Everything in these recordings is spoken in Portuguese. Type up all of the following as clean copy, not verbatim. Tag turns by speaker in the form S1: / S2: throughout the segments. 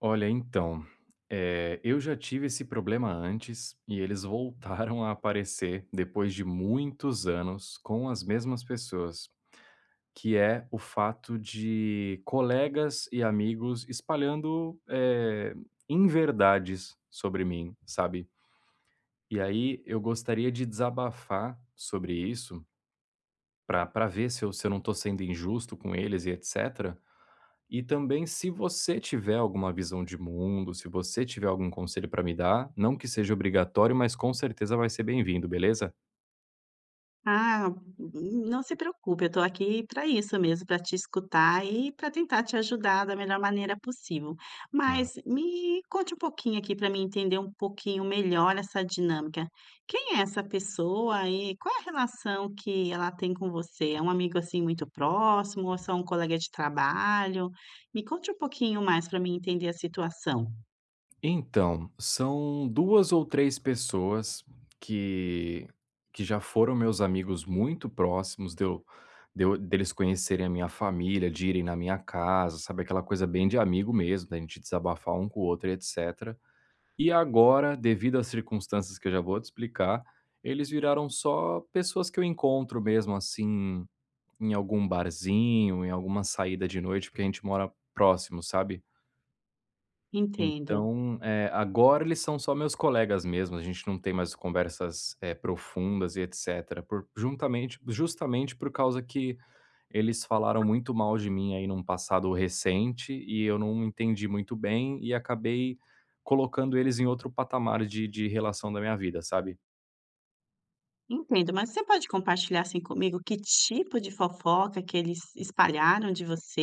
S1: Olha, então, eu já tive esse problema antes e eles voltaram a aparecer depois de muitos anos com as mesmas pessoas, que é o fato de colegas e amigos espalhando, inverdades sobre mim, sabe. E aí eu gostaria de desabafar sobre isso para ver se eu não tô sendo injusto com eles e etc. E também, se você tiver alguma visão de mundo, se você tiver algum conselho para me dar, não que seja obrigatório, mas com certeza vai ser bem-vindo, beleza?
S2: Ah, não se preocupe, eu estou aqui para isso mesmo, para te escutar e para tentar te ajudar da melhor maneira possível.
S1: Ah,
S2: Mas me conte um pouquinho aqui para mim entender um pouquinho melhor essa dinâmica. Quem é essa pessoa e qual é a relação que ela tem com você? É um amigo assim muito próximo ou é só um colega de trabalho? Me conte um pouquinho mais para mim entender a situação.
S1: então, são duas ou três pessoas que, que já foram meus amigos muito próximos, deles conhecerem a minha família, de irem na minha casa, sabe? Aquela coisa bem de amigo mesmo, da gente desabafar um com o outro, etc. E agora, devido às circunstâncias que eu já vou te explicar, eles viraram só pessoas que eu encontro mesmo, assim, em algum barzinho, em alguma saída de noite, porque a gente mora próximo, sabe.
S2: Entendo.
S1: Então, agora eles são só meus colegas mesmo, a gente não tem mais conversas, profundas e etcétera, por juntamente justamente por causa que eles falaram muito mal de mim aí num passado recente e eu não entendi muito bem e acabei colocando eles em outro patamar de relação da minha vida, sabe?
S2: Entendo, mas você pode compartilhar, assim, comigo que tipo de fofoca que eles espalharam de você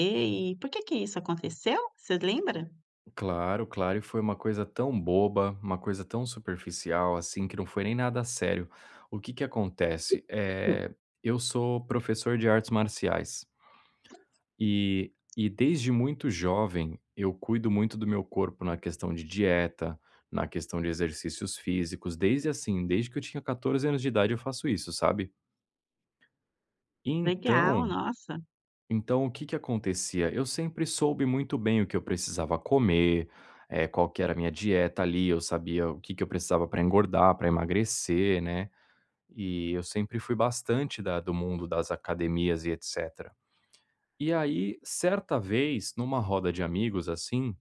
S2: e por que que isso aconteceu? Você lembra?
S1: Claro, claro, e foi uma coisa tão boba, uma coisa tão superficial, assim, que não foi nem nada sério. O que que acontece?
S2: Hum.
S1: É, eu sou professor de artes marciais, E e desde muito jovem, eu cuido muito do meu corpo na questão de dieta, na questão de exercícios físicos, desde assim, desde que eu tinha 14 anos de idade eu faço isso, sabe.
S2: Legal,
S1: Então
S2: nossa.
S1: então o que que acontecia? Eu sempre soube muito bem o que eu precisava comer, qual que era a minha dieta ali, eu sabia o que que eu precisava para engordar, para emagrecer, né, e eu sempre fui bastante da do mundo das academias e etcétera. E aí, certa vez, numa roda de amigos, assim,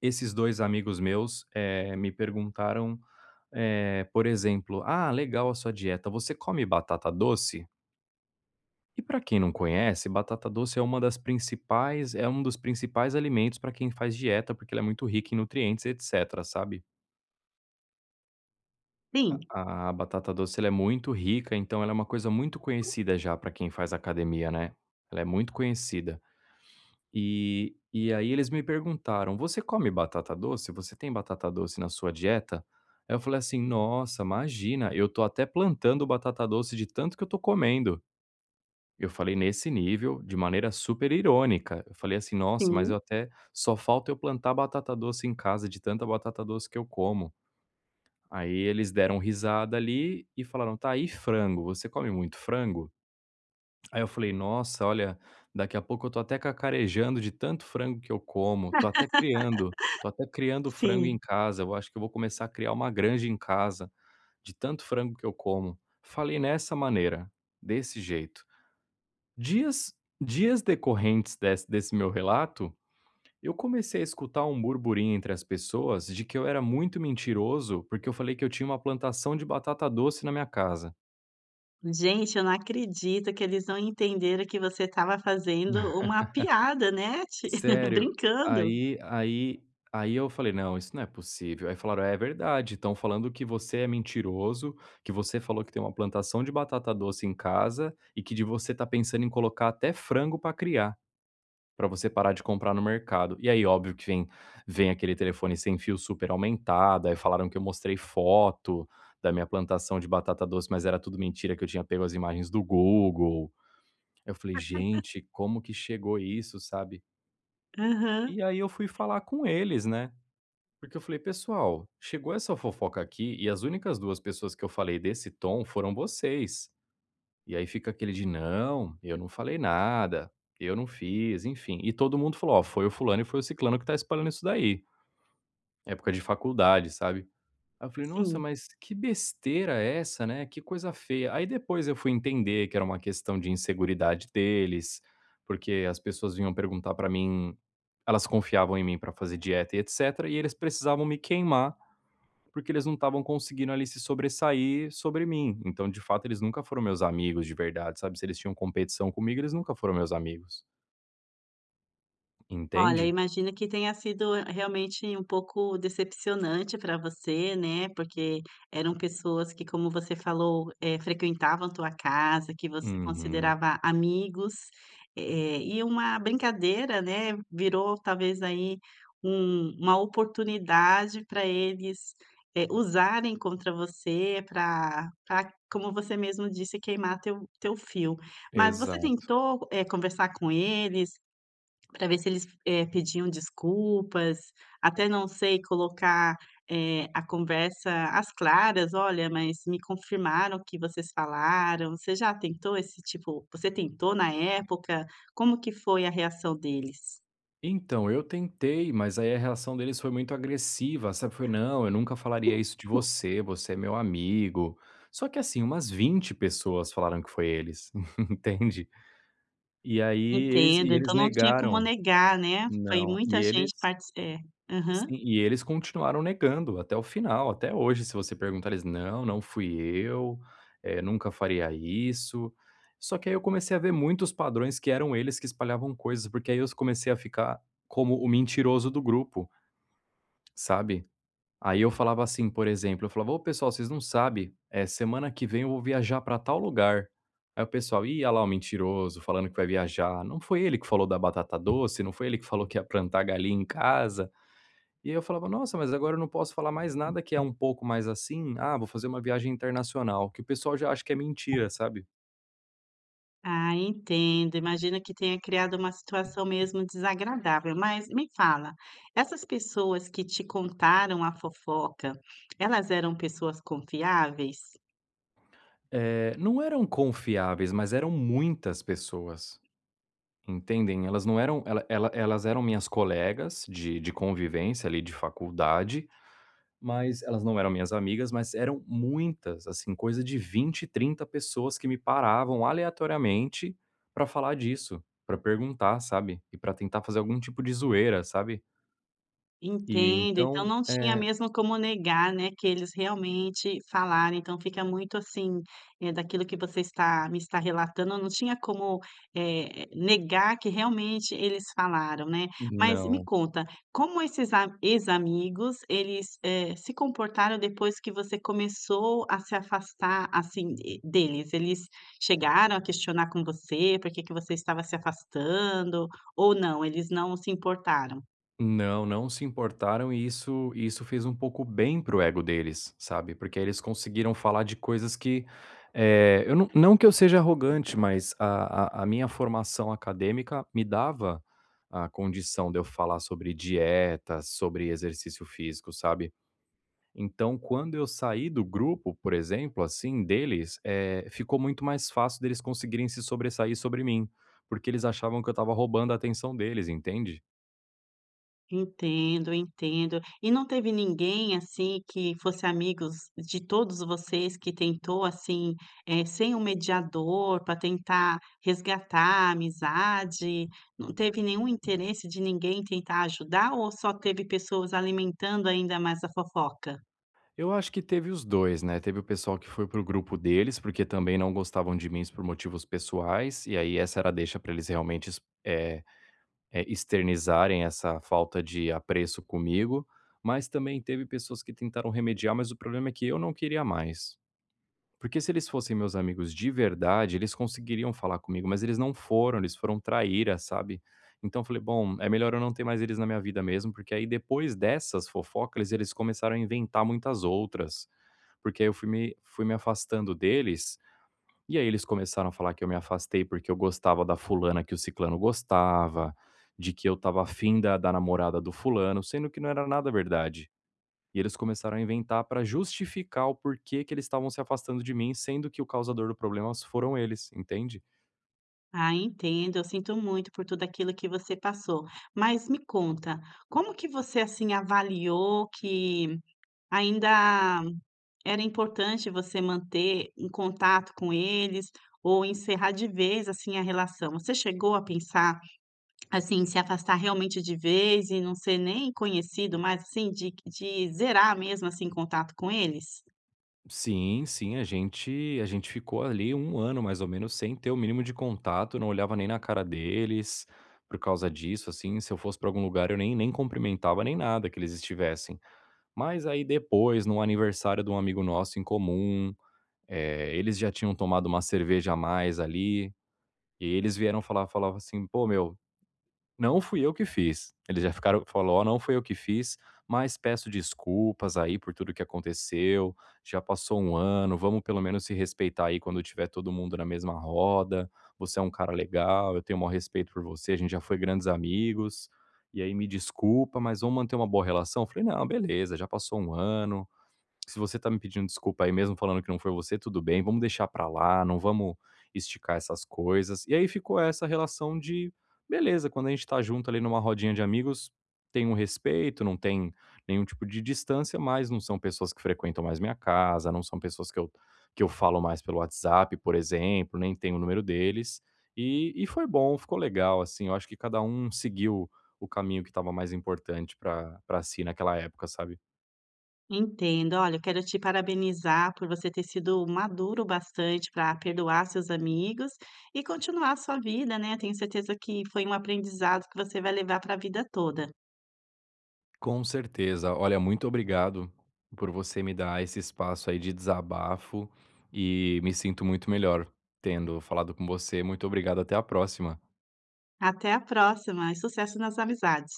S1: esses 2 amigos meus, me perguntaram, por exemplo: "Ah, legal a sua dieta, você come batata doce?" E para quem não conhece, batata doce é uma das principais é um dos principais alimentos para quem faz dieta, porque ela é muito rica em nutrientes e etcétera, sabe.
S2: Sim,
S1: A batata doce ela é muito rica, então ela é uma coisa muito conhecida já para quem faz academia, né. Ela é muito conhecida. E aí eles me perguntaram: "Você come batata doce? Você tem batata doce na sua dieta?" Aí eu falei assim: "Nossa, imagina, eu tô até plantando batata doce de tanto que eu tô comendo". Eu falei nesse nível, de maneira super irônica. Eu falei assim: "Nossa, mas
S2: sim,
S1: eu até só falta eu plantar batata doce em casa de tanta batata doce que eu como". Aí eles deram risada ali e falaram: "Tá, aí frango? Você come muito frango?" Aí eu falei: "Nossa, olha, daqui a pouco eu tô até cacarejando de tanto frango que eu como, tô até criando frango em
S2: sim.
S1: casa, eu acho que eu vou começar a criar uma granja em casa, de tanto frango que eu como". Falei nessa maneira, desse jeito. Dias dias decorrentes desse meu relato, eu comecei a escutar um burburinho entre as pessoas de que eu era muito mentiroso, porque eu falei que eu tinha uma plantação de batata doce na minha casa.
S2: Gente, eu não acredito que eles não entenderam que você estava fazendo uma piada, né, ti
S1: Sério.
S2: brincando.
S1: Aí aí aí eu falei: "Não, isso não é possível". Aí falaram: "É verdade, estão falando que você é mentiroso, que você falou que tem uma plantação de batata doce em casa e que de você tá pensando em colocar até frango para criar, para você parar de comprar no mercado". E aí óbvio que vem aquele telefone sem fio super aumentado, aí falaram que eu mostrei foto da minha plantação de batata doce, mas era tudo mentira, que eu tinha pego as imagens do Google. Eu falei: "Gente, como que chegou isso", sabe?
S2: Aham,
S1: E aí eu fui falar com eles, né, porque eu falei: "Pessoal, chegou essa fofoca aqui e as únicas 2 pessoas que eu falei desse tom foram vocês". E aí fica aquele de: "Não, eu não falei nada, eu não fiz", enfim. E todo mundo falou: "Ó, foi o fulano e foi o ciclano que tá espalhando isso daí". Época de faculdade, sabe. Aí eu falei: "Nossa,
S2: sim.
S1: mas que besteira é essa, né, que coisa feia". Aí depois eu fui entender que era uma questão de inseguridade deles, porque as pessoas vinham perguntar pra mim, elas confiavam em mim pra fazer dieta e etcétera, e eles precisavam me queimar, porque eles não estavam conseguindo ali se sobressair sobre mim. Então, de fato, eles nunca foram meus amigos de verdade, sabe, se eles tinham competição comigo, eles nunca foram meus amigos,
S2: Olha,
S1: entende?
S2: imagino que tenha sido realmente um pouco decepcionante para você, né, porque eram pessoas que, como você falou, frequentavam tua casa, que você
S1: Uhum,
S2: considerava amigos, e uma brincadeira, né, virou talvez aí uma oportunidade para eles, usarem contra você pra, como você mesmo disse, queimar teu fio. Mas você
S1: exato.
S2: tentou, conversar com eles, para ver se eles, pediam desculpas, até não sei, colocar, a conversa às claras: "Olha, mas me confirmaram que vocês falaram". Você já tentou esse tipo Você tentou na época? Como que foi a reação deles?
S1: Então, eu tentei, mas aí a reação deles foi muito agressiva, sabe? Foi: "Não, eu nunca falaria isso de você, você é meu amigo". Só que, assim, umas 20 pessoas falaram que foi eles, entende? E aí eles e
S2: Entendo,
S1: eles
S2: então não tinha como
S1: negaram.
S2: negar, né, foi
S1: Não,
S2: muita
S1: e eles
S2: gente partici é, aham.
S1: sim, e eles continuaram negando até o final, até hoje se você perguntar eles: "Não, não fui eu, nunca faria isso". Só que aí eu comecei a ver muitos padrões que eram eles que espalhavam coisas, porque aí eu comecei a ficar como o mentiroso do grupo. Sabe? Aí eu falava assim, por exemplo, eu falava: "Ô pessoal, vocês não sabem. É semana que vem eu vou viajar pra tal lugar". Aí o pessoal: "Ih, ah lá o mentiroso falando que vai viajar, não foi ele que falou da batata doce, não foi ele que falou que ia plantar galinha em casa". E aí eu falava: "Nossa, mas agora eu não posso falar mais nada que é um pouco mais assim, ah, vou fazer uma viagem internacional", que o pessoal já acha que é mentira, sabe?
S2: Ah, entendo. Imagino que tenha criado uma situação mesmo desagradável. Mas me fala, essas pessoas que te contaram a fofoca, elas eram pessoas confiáveis?
S1: É, não eram confiáveis, mas eram muitas pessoas. Entendem? Elas não eram elas eram minhas colegas de convivência ali de faculdade, mas elas não eram minhas amigas, mas eram muitas, assim, coisa de 20 30 pessoas que me paravam aleatoriamente pra falar disso, pra perguntar, sabe, e pra tentar fazer algum tipo de zoeira, sabe. E
S2: Entendo, então
S1: então
S2: não tinha
S1: é,
S2: mesmo como negar, né, que eles realmente falaram, então fica muito assim, daquilo que você está me está relatando, não tinha como, negar que realmente eles falaram, né. Mas me
S1: não.
S2: conta, como esses a ex-amigos, eles, se comportaram depois que você começou a se afastar, assim, e deles? Eles chegaram a questionar com você, por que que você estava se afastando, ou não, eles não se importaram?
S1: Não, não se importaram e isso fez um pouco bem pro ego deles, sabe, porque eles conseguiram falar de coisas que, eu não que eu seja arrogante, mas a minha formação acadêmica me dava a condição de eu falar sobre dieta, sobre exercício físico, sabe. Então quando eu saí do grupo, por exemplo, assim, deles, ficou muito mais fácil deles conseguirem se sobressair sobre mim, porque eles achavam que eu estava roubando a atenção deles, entende?
S2: Entendo, entendo. E não teve ninguém, assim, que fosse amigos de todos vocês que tentou, assim, sem um mediador para tentar resgatar a amizade? Não teve nenhum interesse de ninguém tentar ajudar ou só teve pessoas alimentando ainda mais a fofoca?
S1: Eu acho que teve os 2, né, teve o pessoal que foi para o grupo deles, porque também não gostavam de mim por motivos pessoais, e aí essa era a deixa para eles realmente externizarem essa falta de apreço comigo, mas também teve pessoas que tentaram remediar, mas o problema é que eu não queria mais. Porque se eles fossem meus amigos de verdade, eles conseguiriam falar comigo, mas eles não foram, eles foram traíra, sabe. Então eu falei: "Bom, é melhor eu não ter mais eles na minha vida mesmo", porque aí depois dessas fofocas eles começaram a inventar muitas outras. Porque aí eu fui me afastando deles, e aí eles começaram a falar que eu me afastei porque eu gostava da fulana que o ciclano gostava, de que eu estava afim da namorada do fulano, sendo que não era nada verdade. E eles começaram a inventar pra justificar o porquê que eles estavam se afastando de mim, sendo que o causador do problema foram eles, entende?
S2: Ah, entendo, eu sinto muito por tudo aquilo que você passou. Mas me conta, como que você, assim, avaliou que ainda era importante você manter em contato com eles ou encerrar de vez, assim, a relação? Você chegou a pensar, assim, se afastar realmente de vez e não ser nem conhecido mais, assim, de zerar mesmo, assim, contato com eles?
S1: Sim, sim, a gente ficou ali um ano mais ou menos sem ter o mínimo de contato, não olhava nem na cara deles, por causa disso, assim, se eu fosse para algum lugar eu nem cumprimentava nem nada que eles estivessem. Mas aí depois, no aniversário de um amigo nosso em comum, eles já tinham tomado uma cerveja a mais ali, e eles vieram falar, falava assim: "Pô meu, não fui eu que fiz". Eles já ficaram, falou: "Ó, não fui eu que fiz, mas peço desculpas aí por tudo que aconteceu, já passou um ano, vamos pelo menos se respeitar aí quando tiver todo mundo na mesma roda. Você é um cara legal, eu tenho o maior respeito por você, a gente já foi grandes amigos, e aí me desculpa, mas vamos manter uma boa relação?". Eu falei: "Não, beleza, já passou um ano, se você tá me pedindo desculpa aí mesmo falando que não foi você, tudo bem, vamos deixar pra lá, não vamos esticar essas coisas". E aí ficou essa relação de beleza, quando a gente tá junto ali numa rodinha de amigos, tem um respeito, não tem nenhum tipo de distância, mas não são pessoas que frequentam mais minha casa, não são pessoas que eu falo mais pelo WhatsApp, por exemplo, nem tenho o número deles. E foi bom, ficou legal, assim, eu acho que cada um seguiu o caminho que estava mais importante pra si naquela época, sabe?
S2: Entendo. Olha, eu quero te parabenizar por você ter sido maduro bastante para perdoar seus amigos e continuar a sua vida, né. Tenho certeza que foi um aprendizado que você vai levar para a vida toda.
S1: Com certeza. Olha, muito obrigado por você me dar esse espaço aí de desabafo e me sinto muito melhor tendo falado com você. Muito obrigado, até a próxima.
S2: Até a próxima e sucesso nas amizades.